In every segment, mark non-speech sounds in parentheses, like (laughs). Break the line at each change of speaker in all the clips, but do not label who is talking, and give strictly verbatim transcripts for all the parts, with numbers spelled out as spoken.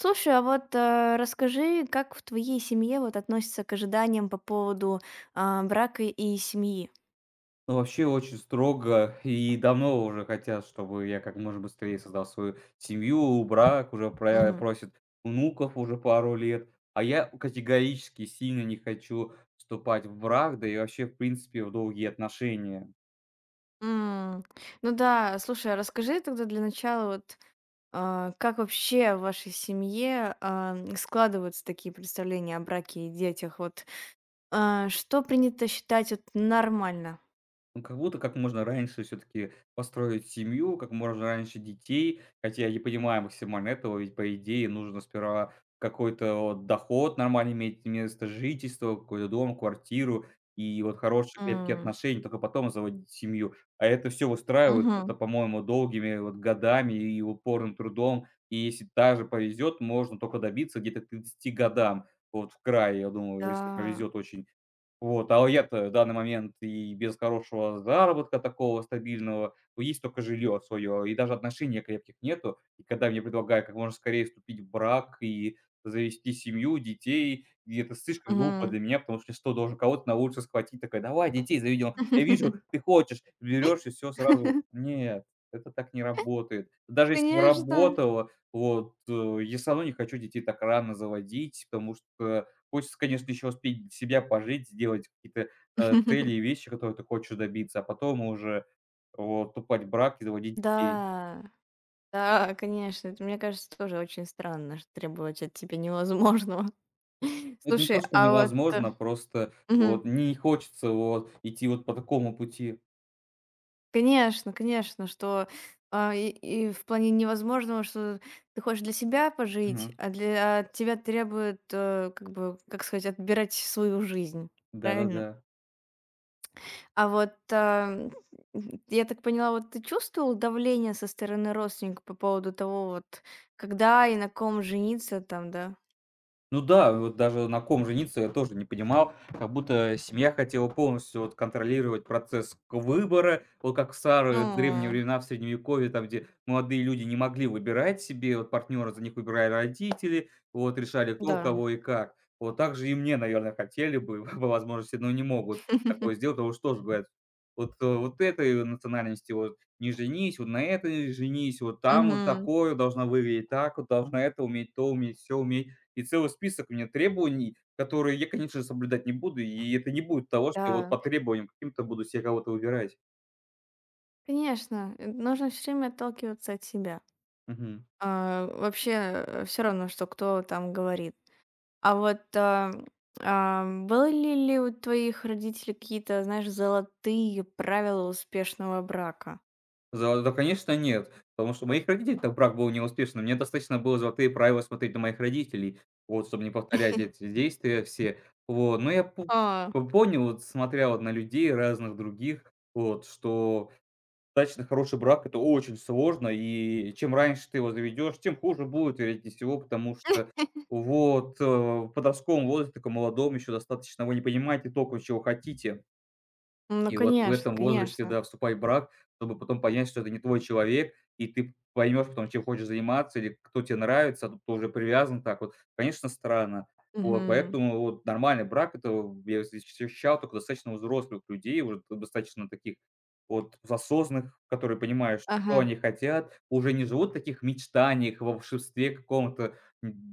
Слушай, а вот э, расскажи, как в твоей семье вот относятся к ожиданиям по поводу а, брака и семьи?
Ну, вообще очень строго и давно уже хотят, чтобы я как можно быстрее создал свою семью, брак, уже про-
Мгм.
просят внуков уже пару лет. А я категорически сильно не хочу вступать в брак, да и вообще, в принципе, в долгие отношения.
М. Ну да, слушай, а расскажи тогда для начала вот, а, как вообще в вашей семье а, складываются такие представления о браке и детях? Вот, а, что принято считать вот нормально?
Ну, как будто как можно раньше все таки построить семью, как можно раньше детей. Хотя я не понимаю максимально этого, ведь, по идее, нужно сперва какой-то вот доход нормально иметь, место жительства, какой-то дом, квартиру и вот хорошие крепкие
М,
отношения, только потом заводить семью. А это все устраивает
мгм.
это, по-моему, долгими вот годами и упорным трудом. И если даже повезет, можно только добиться где-то к тридцати годам. Вот в край, я думаю, если
Да,
повезет очень. Вот, а я-то в данный момент и без хорошего заработка такого стабильного, то есть только жилье свое, и даже отношений крепких нету. И когда мне предлагают как можно скорее вступить в брак и завести семью, детей, и это слишком глупо
мгм.
для меня, потому что что, должен кого-то на улице схватить, такая, давай детей заведем, я вижу,
(laughs)
ты хочешь, берешь и все сразу. Нет, это так не работает. Даже если бы
Конечно.
работало, вот, э, я все равно не хочу детей так рано заводить, потому что хочется, конечно, еще успеть для себя пожить, сделать какие-то, э, цели и
(laughs)
вещи, которые ты хочешь добиться, а потом уже вот вступать в брак и заводить детей.
Да. Да, конечно, это, мне кажется, тоже очень странно, что требовать от тебя невозможного. (laughs)
Ну, Это не то,
Слушай,
что
а вот, э,
невозможно, просто
мгм.
вот не хочется вот идти вот по такому пути.
Конечно, конечно, что, а, и и в плане невозможного, что ты хочешь для себя пожить,
Мгм.
а для а от тебя требует, э, как бы, как сказать, отбирать свою жизнь, правильно?
Да-да-да.
А вот. Ам, м, я так поняла, вот ты чувствовал давление со стороны родственников по поводу того, вот, когда и на ком жениться там, да?
Ну да, вот даже на ком жениться я тоже не понимал. Как будто семья хотела полностью вот контролировать процесс к выбора. Вот как в старые древние
Ну
времена, в Средневековье, там, где молодые люди не могли выбирать себе, вот партнера за них выбирали родители, вот решали кто,
да.
кого и как. Вот так же и мне, наверное, хотели бы (laughs) по возможности, но не могут такое сделать,
(laughs)
потому что тоже говорят, вот, э, вот этой национальности вот не женись, вот на этой женись, вот там вот
Мгм.
такое, должна выглядеть так, вот должна это уметь, то уметь, все уметь. И целый список у меня требований, которые я, конечно, соблюдать не буду, и это не будет того, что я вот
Да,
по требованиям каким-то буду себе кого-то выбирать.
конечно, э, нужно все время отталкиваться от себя.
Мгм.
А вообще, все равно, что кто там говорит. А вот. А, а, были ли у твоих родителей какие-то, знаешь, золотые правила успешного брака?
За да, конечно, нет, потому что у моих родителей так брак был неуспешным. Мне достаточно было "Золотые правила" смотреть на моих родителей, вот, чтобы не повторять эти действия все. Вот, но я по
А,
по- понял, вот смотря вот на людей разных других, вот, что достаточно хороший брак — это очень сложно, и чем раньше ты его заведешь, тем хуже будет, вероятнее всего, потому что вот, э, в подростковом возрасте, таком молодом еще достаточно, вы не понимаете только чего хотите.
ну
И вот в
конечно,
этом возрасте,
конечно.
да, вступай в брак, чтобы потом понять, что это не твой человек, и ты поймешь потом, чем хочешь заниматься или кто тебе нравится, а тут ты уже привязан так вот. Конечно, странно. Вот,
Мгм.
поэтому вот нормальный брак — это я встречал только достаточно взрослых людей, уже достаточно таких вот осознанных, которые понимают, что
Ага.
они хотят, уже не живут в таких мечтаниях, во волшебстве каком-то.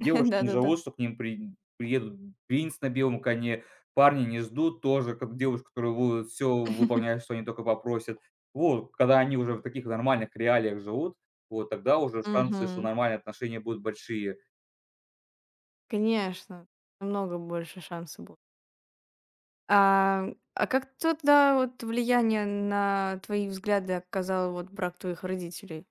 (laughs)
не
Да-да-да.
живут, что к ним при приедут принц на белом коне, парни не ждут тоже как девушек, которые будут все выполнять, что они только попросят. Вот, когда они уже в таких нормальных реалиях живут, вот тогда уже шансы, что
Мгм.
нормальные отношения будут большие.
Конечно, намного больше шансов. А, а как тогда вот влияние на твои взгляды оказал вот брак твоих родителей?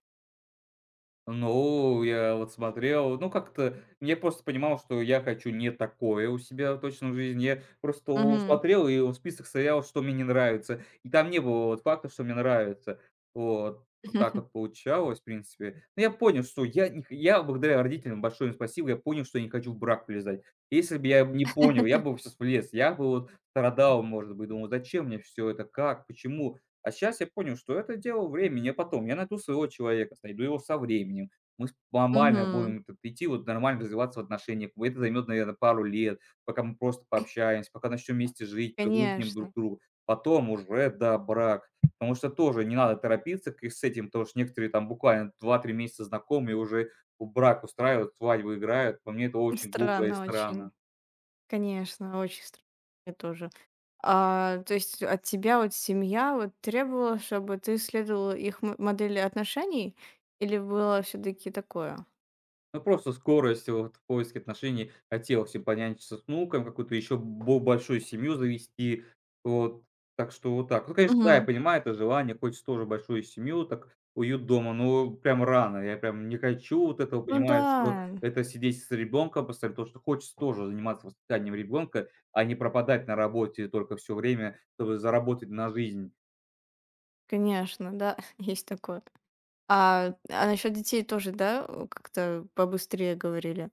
Ну, я вот смотрел, ну, как-то я просто понимал, что я хочу не такое у себя точно в жизни. Я просто у
Мгм.
смотрел и вот список стоял, что мне не нравится. И там не было вот факта, что мне нравится. Вот. Вот так вот
(laughs)
получалось, в принципе. Но я понял, что я не х я благодаря родителям, большое им спасибо, я понял, что я не хочу в брак влезать. Если бы я не понял, я бы сейчас влез, я бы вот страдал, может быть, думал: "Зачем мне все это? Как? Почему?" А сейчас я понял, что это дело времени, а потом я найду своего человека, найду его со временем. Мы с нормально
Мгм.
будем тут идти, вот нормально развиваться в отношениях. Это займет, наверное, пару лет, пока мы просто пообщаемся, пока начнем вместе жить, привыкнем друг
Конечно.
к другу. Потом уже, да, брак. Потому что тоже не надо торопиться к с этим, потому что некоторые там буквально два-три месяца знакомые уже у брак устраивают, свадьбу играют. По мне, это очень глупо и
Странно очень.
странно.
Конечно, очень странно мне тоже. А, то есть от тебя вот семья вот требовала, чтобы ты следовала их м- модели отношений? Или было все таки такое?
Ну, просто скорость вот в поиске отношений. Хотелось и понянчиться с внуком, какую-то еще бо большую семью завести. Вот. Так что вот так. Ну, конечно, да, я
Мгм.
понимаю это желание, хочется тоже большую семью, так уют дома, но прям рано. Я прям не хочу вот этого,
Ну да,
понимаю, что это сидеть с ребенком постоянно, потому что хочется тоже заниматься воспитанием ребенка, а не пропадать на работе только все время, чтобы заработать на жизнь.
конечно, да, (laughs) есть такое. А, а насчет детей тоже, да, э, как-то побыстрее говорили?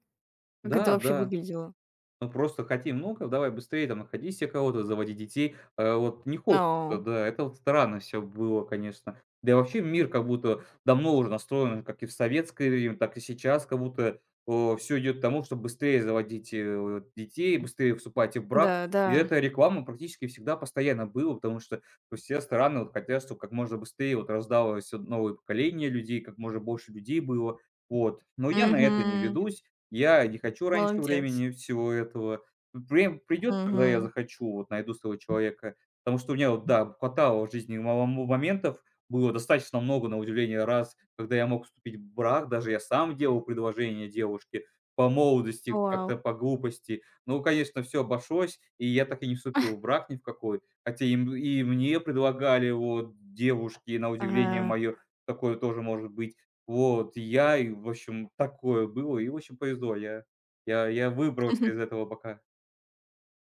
Как это
Да,
вообще
да.
выглядело?
ну просто хотим: "Ну-ка, давай быстрее, там, находи се кого-то, заводи детей". Э, вот не хочется,
О,
да, это вот странно все было, конечно. Да и вообще мир как будто давно уже настроен, как и в советское время, так и сейчас, как будто, все идет к тому, чтобы быстрее заводить, э, вот детей, быстрее вступать в брак.
да,
И
да.
эта реклама практически всегда постоянно была, потому что, ну, все страны вот хотят, чтобы как можно быстрее вот рождалось вот новое поколение людей, как можно больше людей было. Вот. Но я на это не
Мгм.
ведусь. Я не хочу раньше
Молодец.
времени всего этого. Время придет, когда я
Мгм.
захочу, вот найду своего человека. Потому что у меня вот, да, хватало в жизни мало мо моментов, было достаточно много, на удивление, раз, когда я мог вступить в брак, даже я сам делал предложение девушке по молодости,
Вау.
как-то по глупости. Ну, конечно, все обошлось, и я так и не вступил в брак ни в какой. Хотя и и мне предлагали вот девушки, на удивление
А,
мое, такое тоже может быть. Вот, я и, в общем, такое было, и, в общем, повезло. Я я я выбрался из этого пока.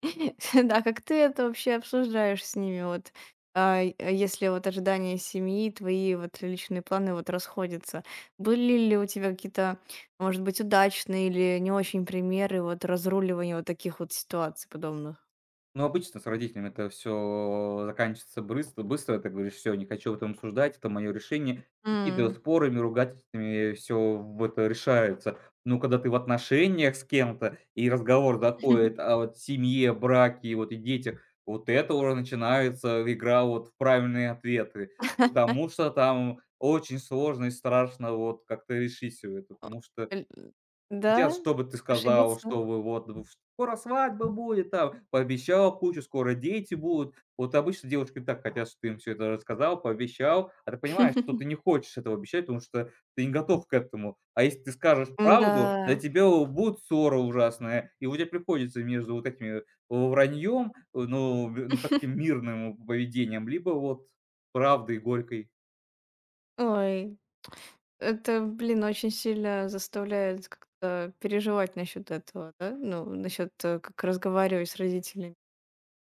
(laughs) да, как ты это вообще обсуждаешь с ними? Вот, а, э, если вот ожидания семьи, твои вот личные планы вот расходятся. Были ли у тебя какие-то, может быть, удачные или не очень примеры вот разруливания вот таких вот ситуаций подобных?
Ну, обычно с родителями это все заканчивается быстро, быстро. Ты говоришь: все, не хочу об этом обсуждать, это мое решение". И какие-то
М.
спорами, ругательствами все в это решается. Но когда ты в отношениях с кем-то и разговор заходит о
(laughs)
вот семье, браке, вот и детях, вот это уже начинается игра вот в правильные ответы. Потому что там очень сложно и страшно вот как-то решить все это.
О,
Потому что
эль. Да?
Хотят, чтобы ты сказал,
Ошибиться?
что вы вот в скоро свадьба будет там, пообещал кучу, скоро дети будут. Вот обычно девушки так хотят, что ты им все это рассказал, пообещал, а ты понимаешь, что ты не
(laughs)
хочешь этого обещать, потому что ты не готов к этому. А если ты скажешь правду, для
Да.
тебя у будет ссора ужасная, и у тебя приходится между вот этими э, враньем, э, ну, ну, таким мирным поведением, либо вот правдой горькой.
Ой, это, блин, очень сильно заставляет как-то переживать насчет этого, да? Ну, насчет, э, как разговаривать с родителями.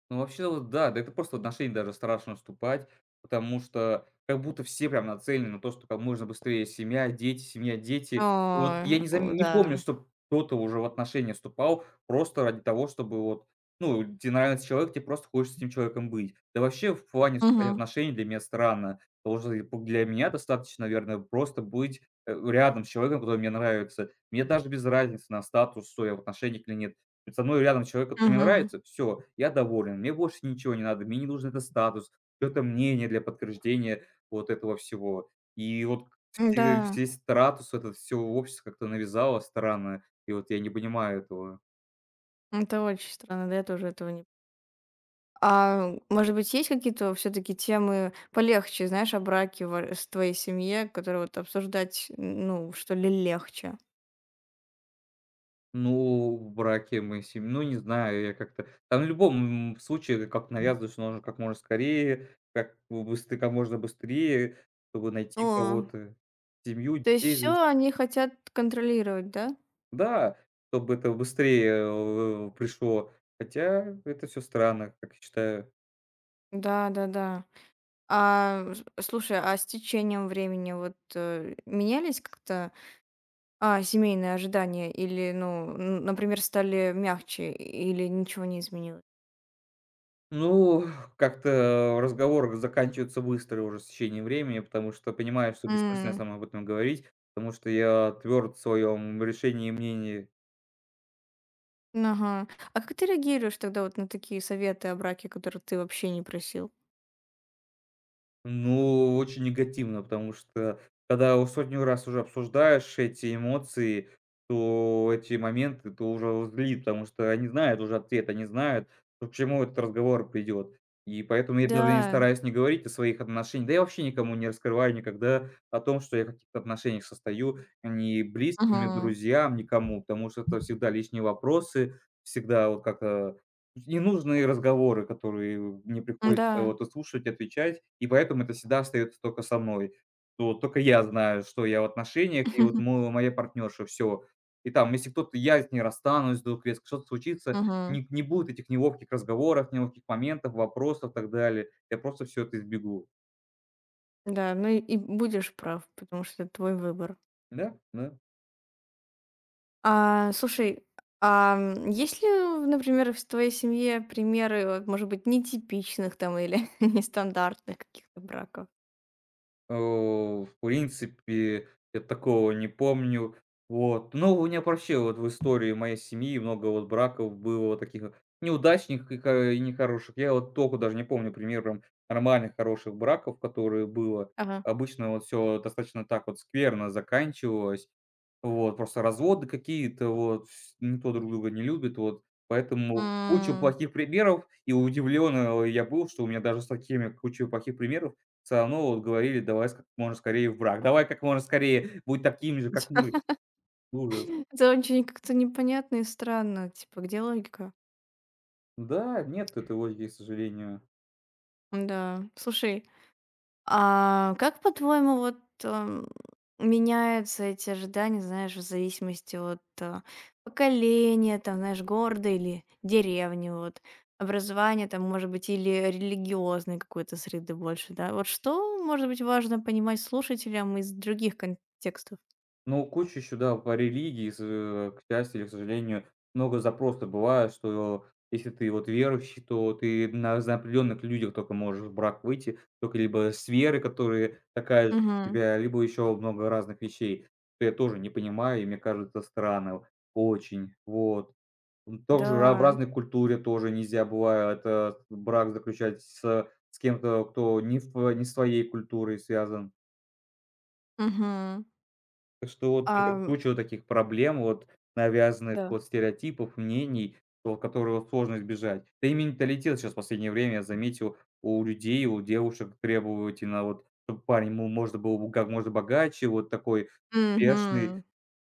Ну, вообще, вот да, да это просто в отношения даже страшно вступать, потому что как будто все прям нацелены на то, что как можно быстрее семья, дети, семья, дети.
Ой,
Вот я не зам
о,
не
да.
помню, чтоб кто-то уже в отношения вступал просто ради того, чтобы вот, ну, те нравится человек, тебе просто хочешь с этим человеком быть. Да вообще в плане вступать в
Мгм.
отношения для меня странно, потому что и п для меня достаточно, наверное, просто быть, э, рядом с человеком, который мне нравится. Мне даже без разницы на статус, что я в отношениях или нет. Со мной рядом человек, который мне
Мгм.
нравится, все, я доволен, мне больше ничего не надо, мне не нужен этот статус, это мнение для подтверждения вот этого всего. И вот
Да,
все все стратус, это всё общество как-то навязало странно, и вот я не понимаю этого.
это очень странно, да, я тоже этого не. А может быть, есть какие-то все-таки темы полегче, знаешь, о браке в с твоей семье, которые вот обсуждать, ну, что ли, легче?
Ну, в браке мы сем ну, не знаю, я как-то там в любом, м, случае как навязывают, что нужно как можно скорее, как быстрее, как можно быстрее, чтобы найти
О,
кого-то, семью,
то есть
детей
все
завести.
они хотят контролировать, да?
Да, чтобы это быстрее, э, пришло. Хотя это все странно, как я считаю.
Да, да, да. А, с Слушай, а с течением времени, вот, э, менялись как-то а, семейные ожидания, или, ну, н например, стали мягче, или ничего не изменилось?
Ну, (laughs) как-то разговор заканчивается быстро уже с течением времени, потому что понимаю, что бессмысленно
М,
со мной об этом говорить, потому что я тверд в своем решении и мнении.
ага. А как ты реагируешь тогда вот на такие советы о браке, которые ты вообще не просил?
Ну, очень негативно, потому что когда у сотню раз уже обсуждаешь эти эмоции, то эти моменты, то уже злит, потому что они знают уже ответ, они знают, к чему этот разговор придет. И поэтому я даже не
Да.
стараюсь не говорить о своих отношениях, да я вообще никому не раскрываю никогда о том, что я в каких-то отношениях состою, ни близким, ни
Мгм.
друзьям, никому, потому что это всегда лишние вопросы, всегда вот как Ненужные разговоры, которые мне приходится
Да.
вот и слушать, отвечать, и поэтому это всегда остается только со мной. Вот только я знаю, что я в отношениях, и вот мо
(laughs)
моя партнерша, все, и там, если кто-то я с ней расстанусь вдруг резко, что-то случится,
Мгм.
не не будет этих неловких разговоров, неловких моментов, вопросов, и так далее. Я просто все это избегу.
Да, ну и и будешь прав, потому что это твой выбор.
Да, да.
А, слушай, а, м, есть ли, например, в твоей семье примеры, вот, может быть, нетипичных там или (laughs) нестандартных каких-то браков?
О, в принципе, я такого не помню. Вот. Ну, у меня вообще вот в истории моей семьи много вот браков было вот таких вот неудачных и ка и нехороших. Я вот только даже не помню пример прям нормальных хороших браков, которые было.
Ага.
Обычно вот все достаточно так вот скверно заканчивалось. Вот, просто разводы какие-то, вот, вс никто друг друга не любит, вот. Поэтому куча
М.
плохих примеров, и удивлен, э, я был, что у меня даже с такими кучей плохих примеров Всё равно вот говорили: "Давай с как можно скорее в брак, давай как можно скорее будь таким же, как мы".
(laughs)
Ужас.
Это очень как-то непонятно и странно. Типа, где логика?
Да, нет этой логики, к сожалению.
Да. Слушай, а как, по-твоему, вот, эм, меняются эти ожидания, знаешь, в зависимости от, э, поколения, там, знаешь, города или деревни, вот, образования, там, может быть, или религиозной какой-то среды больше, да? Вот что, может быть, важно понимать слушателям из других контекстов?
Ну, куча еще, да, по религии, с э, к счастью или к сожалению, много запросов бывает, что если ты вот верующий, то ты на за определенных людях только можешь в брак выйти, только либо с верой, которые такая же, как у
Угу.
тебя, либо еще много разных вещей, что я тоже не понимаю, и мне кажется странным. Очень. Вот. М, также ра в
Да.
разной культуре тоже нельзя бывает, э, брак заключать с с кем-то, кто не в тво не с твоей культурой связан.
Угу.
Так что вот это
А
куча вот таких проблем, вот навязанных
да.
вот стереотипов, мнений, вот которого сложно избежать. Да и менталитет щас в последнее время, я заметил, у людей, у девушек требовательно, вот чтоб парень, ему можно был как можно богаче, вот такой успешный.
Угу.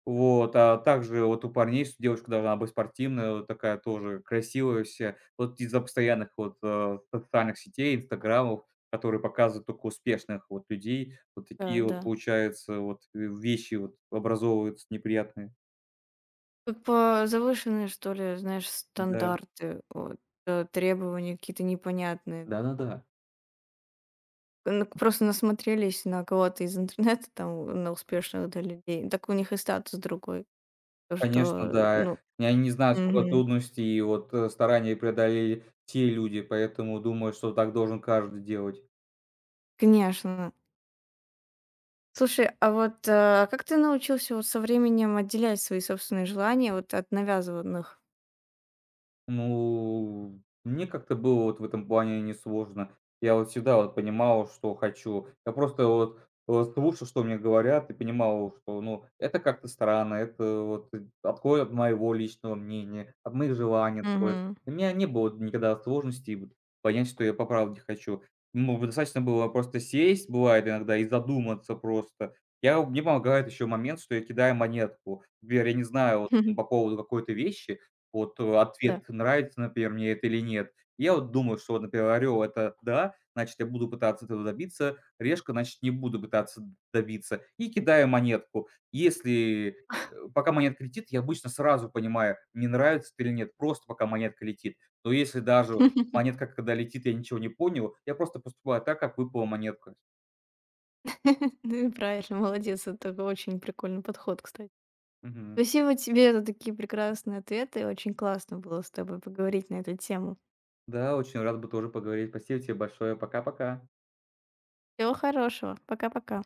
Вот, а также вот у парней что девушка должна быть спортивная, вот такая тоже красивая вся. Вот из-за постоянных вот, э, социальных сетей, "Инстаграмов", которые показывают только успешных вот людей, вот
Да,
такие
да.
вот, получается, вот, э, вещи вот образовываются неприятные.
По завышенные, что ли, знаешь,
Да,
стандарты, вот, э, требования какие-то непонятные.
да-да-да.
Ну, просто насмотрелись на кого-то из интернета, там, на успешных, да, людей. Так у них и статус другой. То,
Конечно,
что,
да.
ну,
И они не знают, сколько
мгм.
трудностей и вот, э, стараний преодолели те люди, поэтому думаю, что так должен каждый делать.
Конечно. Слушай, а вот, э, как ты научился вот со временем отделять свои собственные желания вот от навязыванных.
Ну, мне как-то было вот в этом плане несложно. Я вот всегда вот понимал, что хочу. Я просто вот, э, слушал, что мне говорят, и понимал, что, ну, это как-то странно, это вот э, отходит от моего личного мнения, от моих желаний отходит.
Мгм.
У меня не было никогда сложностей вот понять, что я по правде хочу. Ну, достаточно было просто сесть, бывает иногда, и задуматься просто. Я Мне помогает еще момент, что я кидаю монетку. Например, я не знаю вот ну, по
(laughs)
поводу какой-то вещи, вот, э,
Да.
ответ, нравится, например, мне это или нет. Я вот думаю, что, вот, например, орел — это да, значит, я буду пытаться этого добиться, решка, значит, не буду пытаться добиться. И кидаю монетку. Если, э, пока монетка летит, я обычно сразу понимаю, мне нравится это или нет, просто пока монетка летит. Но если даже
(laughs)
монетка, когда летит, я ничего не понял, я просто поступаю так, как выпала монетка.
Ну и правильно, молодец. Это очень прикольный подход, кстати.
Мгм.
Спасибо тебе за такие прекрасные ответы. Очень классно было с тобой поговорить на эту тему.
Да, очень рад бы тоже поговорить. Спасибо тебе большое. Пока-пока.
Всего хорошего. Пока-пока.